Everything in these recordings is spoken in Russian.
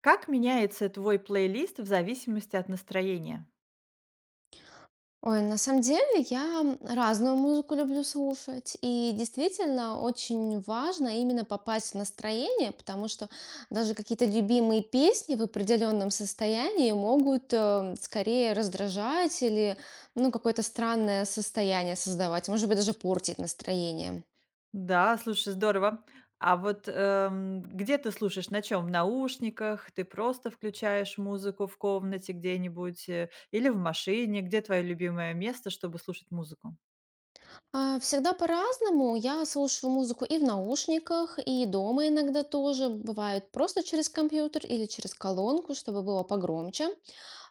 Как меняется твой плейлист в зависимости от настроения? Ой, на самом деле я разную музыку люблю слушать, и действительно очень важно именно попасть в настроение, потому что даже какие-то любимые песни в определенном состоянии могут скорее раздражать или ну, какое-то странное состояние создавать, может быть, даже портить настроение. Да, слушай, здорово. А вот, где ты слушаешь? На чем? В наушниках? Ты просто включаешь музыку в комнате где-нибудь, или в машине? Где твое любимое место, чтобы слушать музыку? Всегда по-разному. Я слушаю музыку и в наушниках, и дома иногда тоже. Бывает просто через компьютер или через колонку, чтобы было погромче.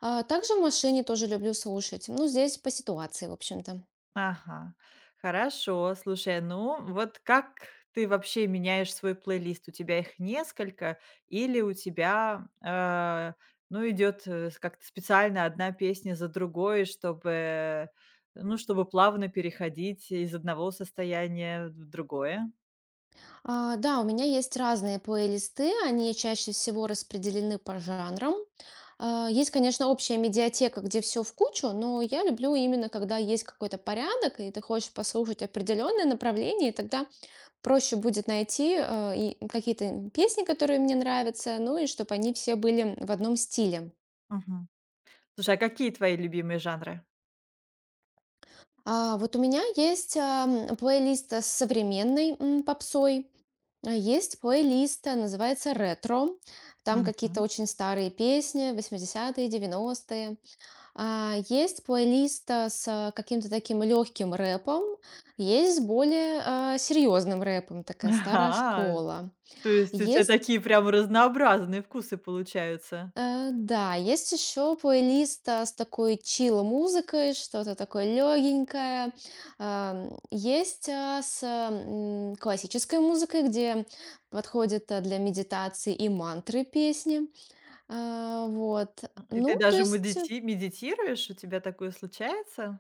Также в машине тоже люблю слушать. Ну, здесь по ситуации, в общем-то. Ага, хорошо. Слушай, ну вот как ты вообще меняешь свой плейлист? У тебя их несколько или у тебя, ну, идет как-то специально одна песня за другой, чтобы, ну, чтобы плавно переходить из одного состояния в другое? Да, у меня есть разные плейлисты, они чаще всего распределены по жанрам. Есть, конечно, общая медиатека, где все в кучу, но я люблю именно, когда есть какой-то порядок, и ты хочешь послушать определенное направление, и тогда проще будет найти и какие-то песни, которые мне нравятся, ну и чтобы они все были в одном стиле. Мгм. Слушай, а какие твои любимые жанры? Вот у меня есть плейлист с современной попсой. Есть плейлист, называется «Ретро». Там какие-то Мгм. очень старые песни, 80-е, 90-е. Есть плейлист с каким-то таким легким рэпом. Есть с более серьезным рэпом, такая старая Ага, школа. то есть у тебя Есть такие прям разнообразные вкусы получаются. Да, есть еще плейлист, с такой чил-музыкой, что-то такое легенькое. Есть, с, классической музыкой, где подходят, для медитации и мантры песни. Вот. И ты Ну, то даже есть, модити медитируешь? У тебя такое случается?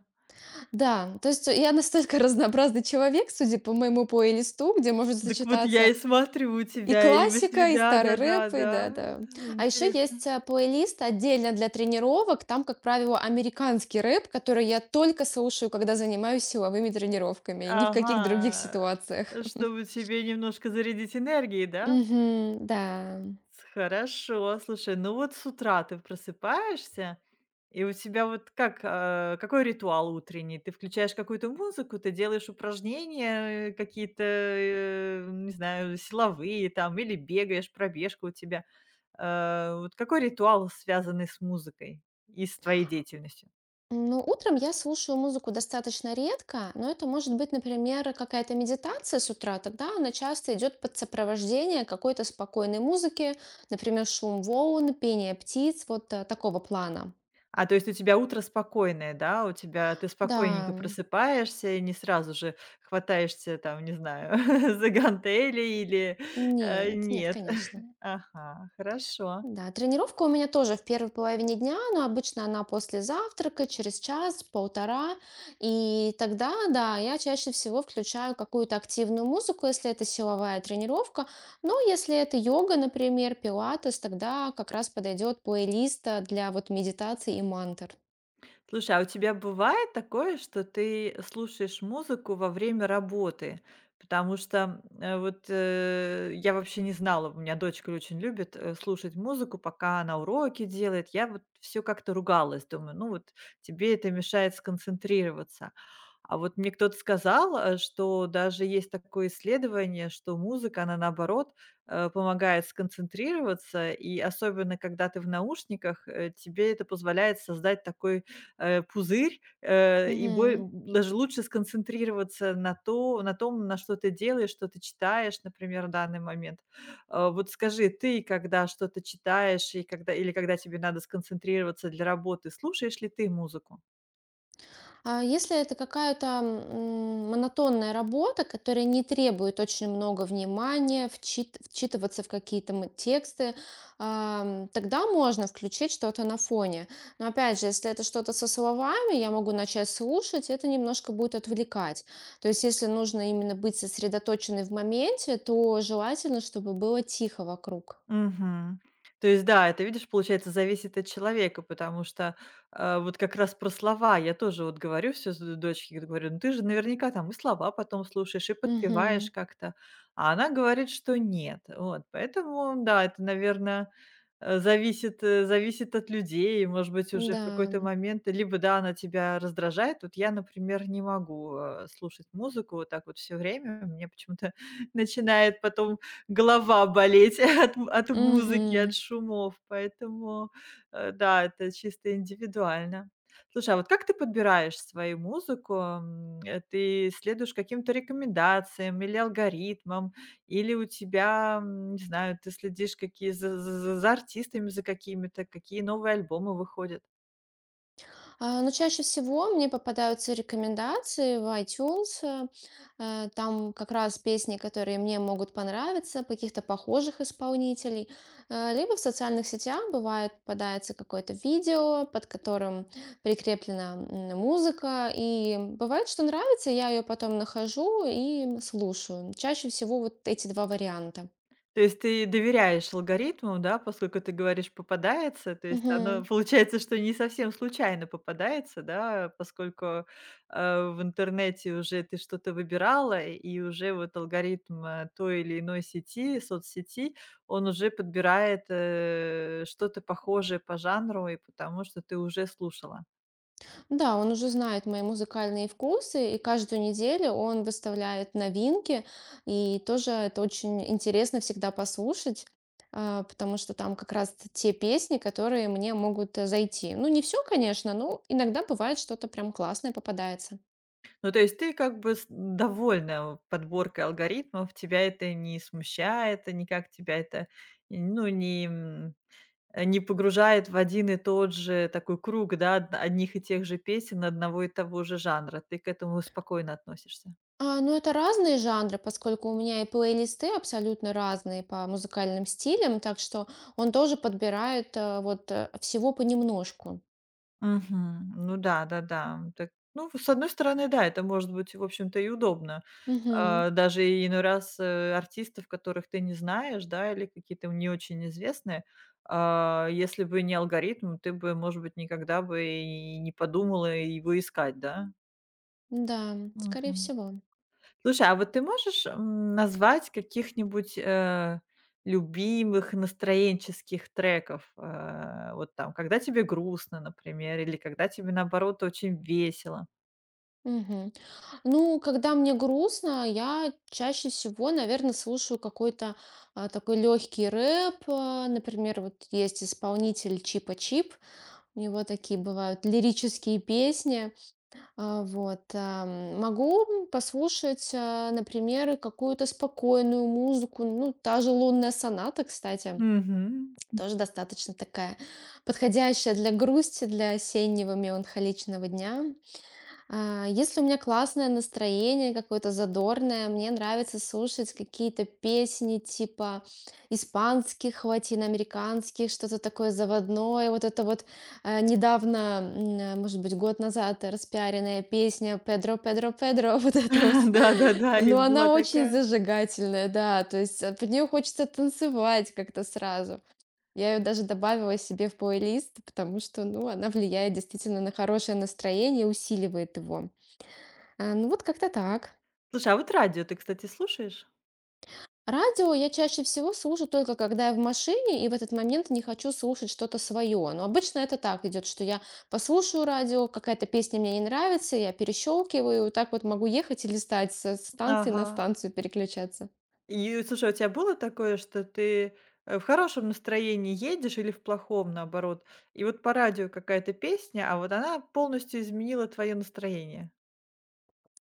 да, то есть я настолько разнообразный человек, судя по моему плейлисту, где может Так вот я сочетаться и смотрю у и тебя, и во сви классика, и старый рэп, и да-да-да-да. да-да. А еще Интересно. есть, плейлист отдельно для тренировок. Там, как правило, американский рэп, который я только слушаю, когда занимаюсь силовыми тренировками, и ни в каких других Ага. ситуациях. Чтобы тебе немножко зарядить энергией, да? Мгм, да. Хорошо, слушай, ну вот с утра ты просыпаешься, и у тебя вот как, какой ритуал утренний? Ты включаешь какую-то музыку, ты делаешь упражнения какие-то, не знаю, силовые там, или бегаешь, пробежка у тебя. Вот какой ритуал, связанный с музыкой и с твоей деятельностью? Ну, утром я слушаю музыку достаточно редко, но это может быть, например, какая-то медитация с утра. Тогда она часто идет под сопровождение какой-то спокойной музыки, например, шум волн, пение птиц, вот такого плана. А, то есть у тебя утро спокойное, да? У тебя ты Да. спокойненько просыпаешься и не сразу же хватаешься там, не знаю, за гантели или, Нет, нет, нет. конечно. Ага, хорошо. Да, тренировка у меня тоже в первой половине дня, но обычно она после завтрака, через час, полтора. И тогда, да, я чаще всего включаю какую-то активную музыку, если это силовая тренировка. Но если это йога, например, пилатес, тогда как раз подойдет плейлист для вот медитации и мантр. Слушай, а у тебя бывает такое, что ты слушаешь музыку во время работы? Потому что, вот, я вообще не знала, у меня дочка очень любит, слушать музыку, пока она уроки делает. Я вот все как-то ругалась, думаю: "Ну вот тебе это мешает сконцентрироваться". А вот мне кто-то сказал, что даже есть такое исследование, что музыка, она наоборот, помогает сконцентрироваться, и особенно когда ты в наушниках, тебе это позволяет создать такой пузырь, и бо даже лучше сконцентрироваться на том, на что ты делаешь, что ты читаешь, например, в данный момент. Вот скажи, ты, когда что-то читаешь и когда тебе надо сконцентрироваться для работы, слушаешь ли ты музыку? А если это какая-то монотонная работа, которая не требует очень много внимания, вчитываться в какие-то тексты, тогда можно включить что-то на фоне. Но опять же, если это что-то со словами, я могу начать слушать, это немножко будет отвлекать. То есть, если нужно именно быть сосредоточенной в моменте, то желательно, чтобы было тихо вокруг. Мгм. То есть, да, это, видишь, получается, зависит от человека, потому что, вот как раз про слова я тоже вот говорю все с д дочке, говорю: "Ну, ты же наверняка там и слова потом слушаешь, и Мгм. подпеваешь как-то". А она говорит, что нет. Вот, поэтому, да, это, наверное зависит, зависит от людей. И, может быть, уже в какой-то Да. момент либо, да, она тебя раздражает. Вот я, например, не могу, слушать музыку вот так вот все время. Мне почему-то начинает потом голова болеть от музыки, от Мгм. шумов. Поэтому, да, это чисто индивидуально. Слушай, а вот как ты подбираешь свою музыку? Ты следуешь каким-то рекомендациям или алгоритмам? Или у тебя, не знаю, ты следишь какие за артистами, за какими-то, какие новые альбомы выходят. Но чаще всего мне попадаются рекомендации в iTunes. Там как раз песни, которые мне могут понравиться, каких-то похожих исполнителей. Либо в социальных сетях бывает попадается какое-то видео, под которым прикреплена музыка. И бывает, что нравится, я ее потом нахожу и слушаю. Чаще всего вот эти два варианта. То есть ты доверяешь алгоритму, да, поскольку ты говоришь попадается, то есть Мгм. оно получается, что не совсем случайно попадается, да, поскольку, в интернете уже ты что-то выбирала, и уже вот алгоритм, той или иной сети, соцсети, он уже подбирает, что-то похожее по жанру и потому, что ты уже слушала. Да, он уже знает мои музыкальные вкусы, и каждую неделю он выставляет новинки, и тоже это очень интересно всегда послушать, потому что там как раз те песни, которые мне могут зайти. Ну, не все, конечно, но иногда бывает что-то прям классное попадается. Ну, то есть ты как бы с довольна подборкой алгоритмов, тебя это не смущает, и никак тебя это, и, ну, не, не погружает в один и тот же такой круг, да, одних и тех же песен, одного и того же жанра. Ты к этому спокойно относишься. Ну, это разные жанры, поскольку у меня и плейлисты абсолютно разные по музыкальным стилям, так что он тоже подбирает вот всего понемножку. Мгм. Ну да, да-да. Так, ну, с одной стороны, да, это может быть, в общем-то, и удобно. Мгм. А, даже и иной раз, артистов, которых ты не знаешь, да, или какие-то не очень известные, если бы не алгоритм, ты бы, может быть, никогда бы и не подумала его искать, да? Да, скорее Мгм. всего. Слушай, а вот ты можешь, назвать каких-нибудь, любимых настроенческих треков? Вот там, когда тебе грустно, например, или когда тебе, наоборот, очень весело? Мгм. Ну, когда мне грустно, я чаще всего, наверное, слушаю какой-то такой легкий рэп. Например, вот есть исполнитель Чипа Чип. У него такие бывают лирические песни. Вот. Могу послушать, например, и какую-то спокойную музыку. Ну, та же «Лунная соната», кстати. Мгм. Тоже достаточно такая подходящая для грусти, для осеннего меланхоличного дня. Если у меня классное настроение какое-то задорное, мне нравится слушать какие-то песни типа испанских, латиноамериканских, что-то такое заводное. Вот это вот недавно, может быть, год назад распиаренная песня «Педро, Педро, Педро», вот это вот. Да-да-да, я Но она была очень такая. зажигательная, да, то есть под нее хочется танцевать как-то сразу. Я ее даже добавила себе в плейлист, потому что, ну, она влияет действительно на хорошее настроение, усиливает его. Ну, вот как-то так. Слушай, а вот радио ты, кстати, слушаешь? Радио я чаще всего слушаю только когда я в машине, и в этот момент не хочу слушать что-то свое. Но обычно это так идет, что я послушаю радио, какая-то песня мне не нравится, я перещелкиваю, так вот могу ехать и листать со станции на Ага. станцию переключаться. И, слушай, у тебя было такое, что ты, в хорошем настроении едешь или в плохом, наоборот, и вот по радио какая-то песня, а вот она полностью изменила твое настроение?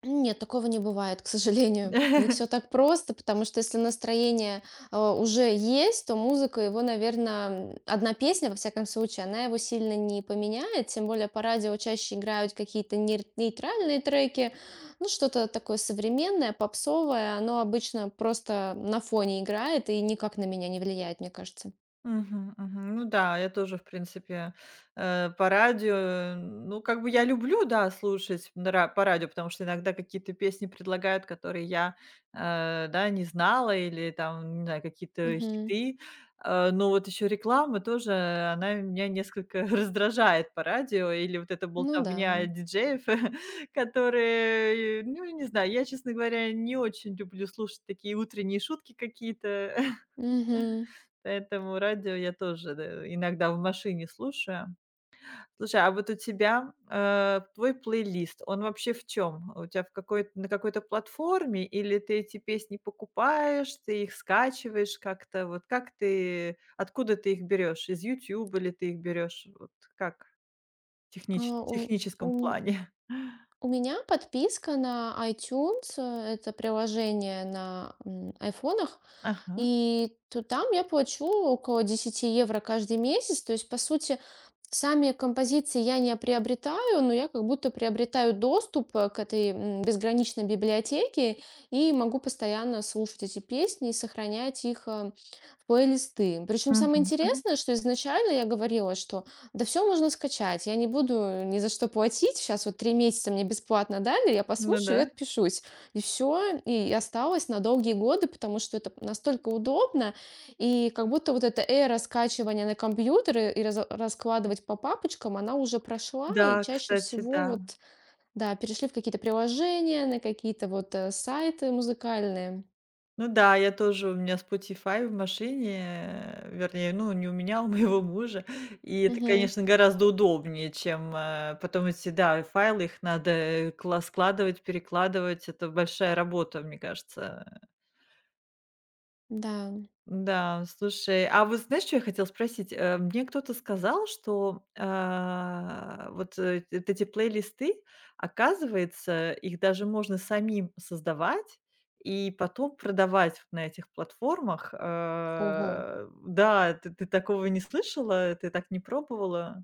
Нет, такого не бывает, к сожалению. Не все так просто, потому что если настроение уже есть, то музыка его, наверное, одна песня, во всяком случае, она его сильно не поменяет. Тем более по радио чаще играют какие-то нейтральные треки, ну что-то такое современное, попсовое. Оно обычно просто на фоне играет и никак на меня не влияет, мне кажется. Мгм, мгм. Ну да, я тоже, в принципе, по радио, ну, как бы я люблю, да, слушать на ра по радио, потому что иногда какие-то песни предлагают, которые я, да, не знала или там, не знаю, какие-то Мгм. хиты. Но вот еще реклама тоже, она меня несколько раздражает по радио или вот эта Ну да. болтовня диджеев, которые, ну, не знаю, я, честно говоря, не очень люблю слушать такие утренние шутки какие-то. Мгм. Поэтому радио я тоже, иногда в машине слушаю. Слушай, а вот у тебя, твой плейлист, он вообще в чем? У тебя в какой на какой-то платформе или ты эти песни покупаешь, ты их скачиваешь как-то? Вот как ты откуда ты их берешь? Из YouTube или ты их берешь Вот как А, технич в у- у техническом плане? У меня подписка на iTunes, это приложение на айфонах, Ага. и то там я плачу около 10 евро каждый месяц. То есть, по сути, сами композиции я не приобретаю, но я как будто приобретаю доступ к этой безграничной библиотеке и могу постоянно слушать эти песни и сохранять их плейлисты. Причем самое Мгм, мгм. интересное, что изначально я говорила, что да все можно скачать, я не буду ни за что платить, сейчас вот три месяца мне бесплатно дали, я Ну послушаю да. и отпишусь. И все, и осталось на долгие годы, потому что это настолько удобно, и как будто вот эта эра скачивания на компьютеры и раскладывать по папочкам, она уже прошла, и Да, чаще кстати, всего да. вот, да, перешли в какие-то приложения, на какие-то вот сайты музыкальные. Ну да, я тоже, у меня Spotify в машине, вернее, ну, не у меня, а у моего мужа. И это, Мгм. конечно, гораздо удобнее, чем, потом эти, да, файлы, их надо кла складывать, перекладывать. Это большая работа, мне кажется. Да, Да, слушай, а вот знаешь, что я хотела спросить? Мне кто-то сказал, что, вот, вот эти плейлисты, оказывается, их даже можно самим создавать и потом продавать вот на этих платформах. ого. Да, ты такого не слышала? Ты так не пробовала?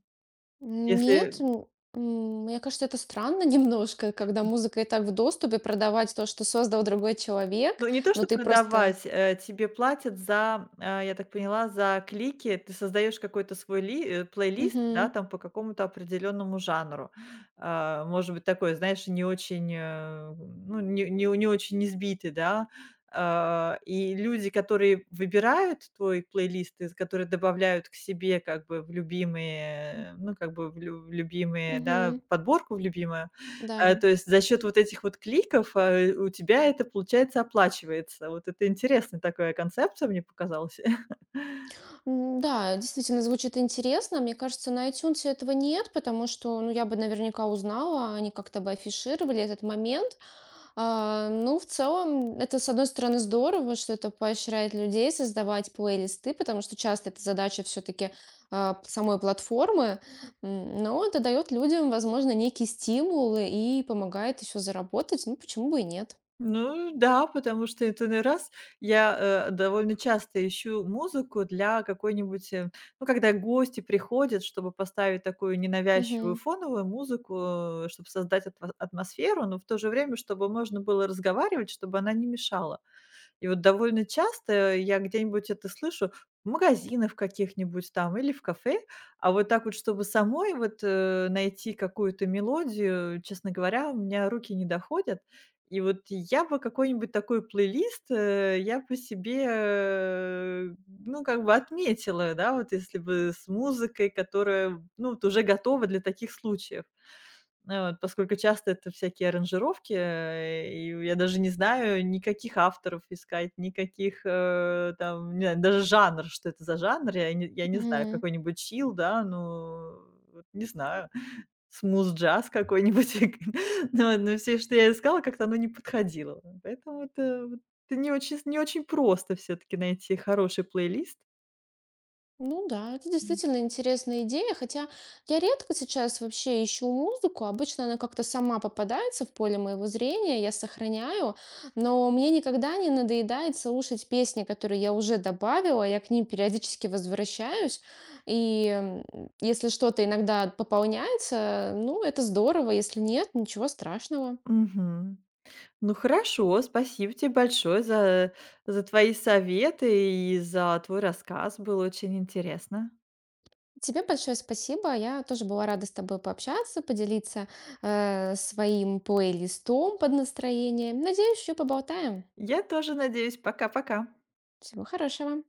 Нет, Если мне кажется, это странно немножко, когда музыка и так в доступе, продавать то, что создал другой человек, Ну, не то, но что ты просто... продавать, тебе платят за, я так поняла, за клики. Ты создаешь какой-то свой ли плейлист, да, Мгм, там по какому-то определенному жанру. А, может быть, такой, знаешь, не очень, ну, не не не очень избитый, да. И люди, которые выбирают твой плейлист, из которые добавляют к себе как бы в любимые, ну, как бы в любимые, да, мгм, подборку в любимую, да. то есть за счет вот этих вот кликов, у тебя это, получается, оплачивается. Вот это интересная такая концепция, мне показалась. Да, действительно звучит интересно. Мне кажется, на iTunes этого нет, потому что, ну, я бы наверняка узнала, они как-то бы афишировали этот момент. Ну, в целом, это, с одной стороны, здорово, что это поощряет людей создавать плейлисты, потому что часто это задача все-таки самой платформы. Но это дает людям, возможно, некие стимулы и помогает еще заработать, ну, почему бы и нет. Ну да, потому что это раз я, довольно часто ищу музыку для какой-нибудь, ну, когда гости приходят, чтобы поставить такую ненавязчивую Мгм. фоновую музыку, чтобы создать атма атмосферу, но в то же время, чтобы можно было разговаривать, чтобы она не мешала. И вот довольно часто я где-нибудь это слышу в магазинах каких-нибудь там или в кафе. А вот так вот, чтобы самой вот, найти какую-то мелодию, честно говоря, у меня руки не доходят. И вот я бы какой-нибудь такой плейлист, я бы себе, ну, как бы отметила, да, вот если бы с музыкой, которая, ну, вот уже готова для таких случаев. Ну вот, поскольку часто это всякие аранжировки, и я даже не знаю никаких авторов искать, никаких, там, не знаю, даже жанр, что это за жанр, я не знаю, Мгм. какой-нибудь чил, да, ну, вот не знаю, смуз-джаз какой-нибудь, но всё, что я искала, как-то оно не подходило. Поэтому это вот не очень просто все таки найти хороший плейлист. Ну да, это действительно интересная идея, хотя я редко сейчас вообще ищу музыку, обычно она как-то сама попадается в поле моего зрения, я сохраняю, но мне никогда не надоедает слушать песни, которые я уже добавила, я к ним периодически возвращаюсь, и если что-то иногда пополняется, ну это здорово, если нет, ничего страшного. Мгм. Ну хорошо, спасибо тебе большое за, за твои советы и за твой рассказ. Было очень интересно. Тебе большое спасибо. Я тоже была рада с тобой пообщаться, поделиться своим плейлистом под настроение. Надеюсь, еще поболтаем. Я тоже надеюсь. Пока-пока. Всего хорошего.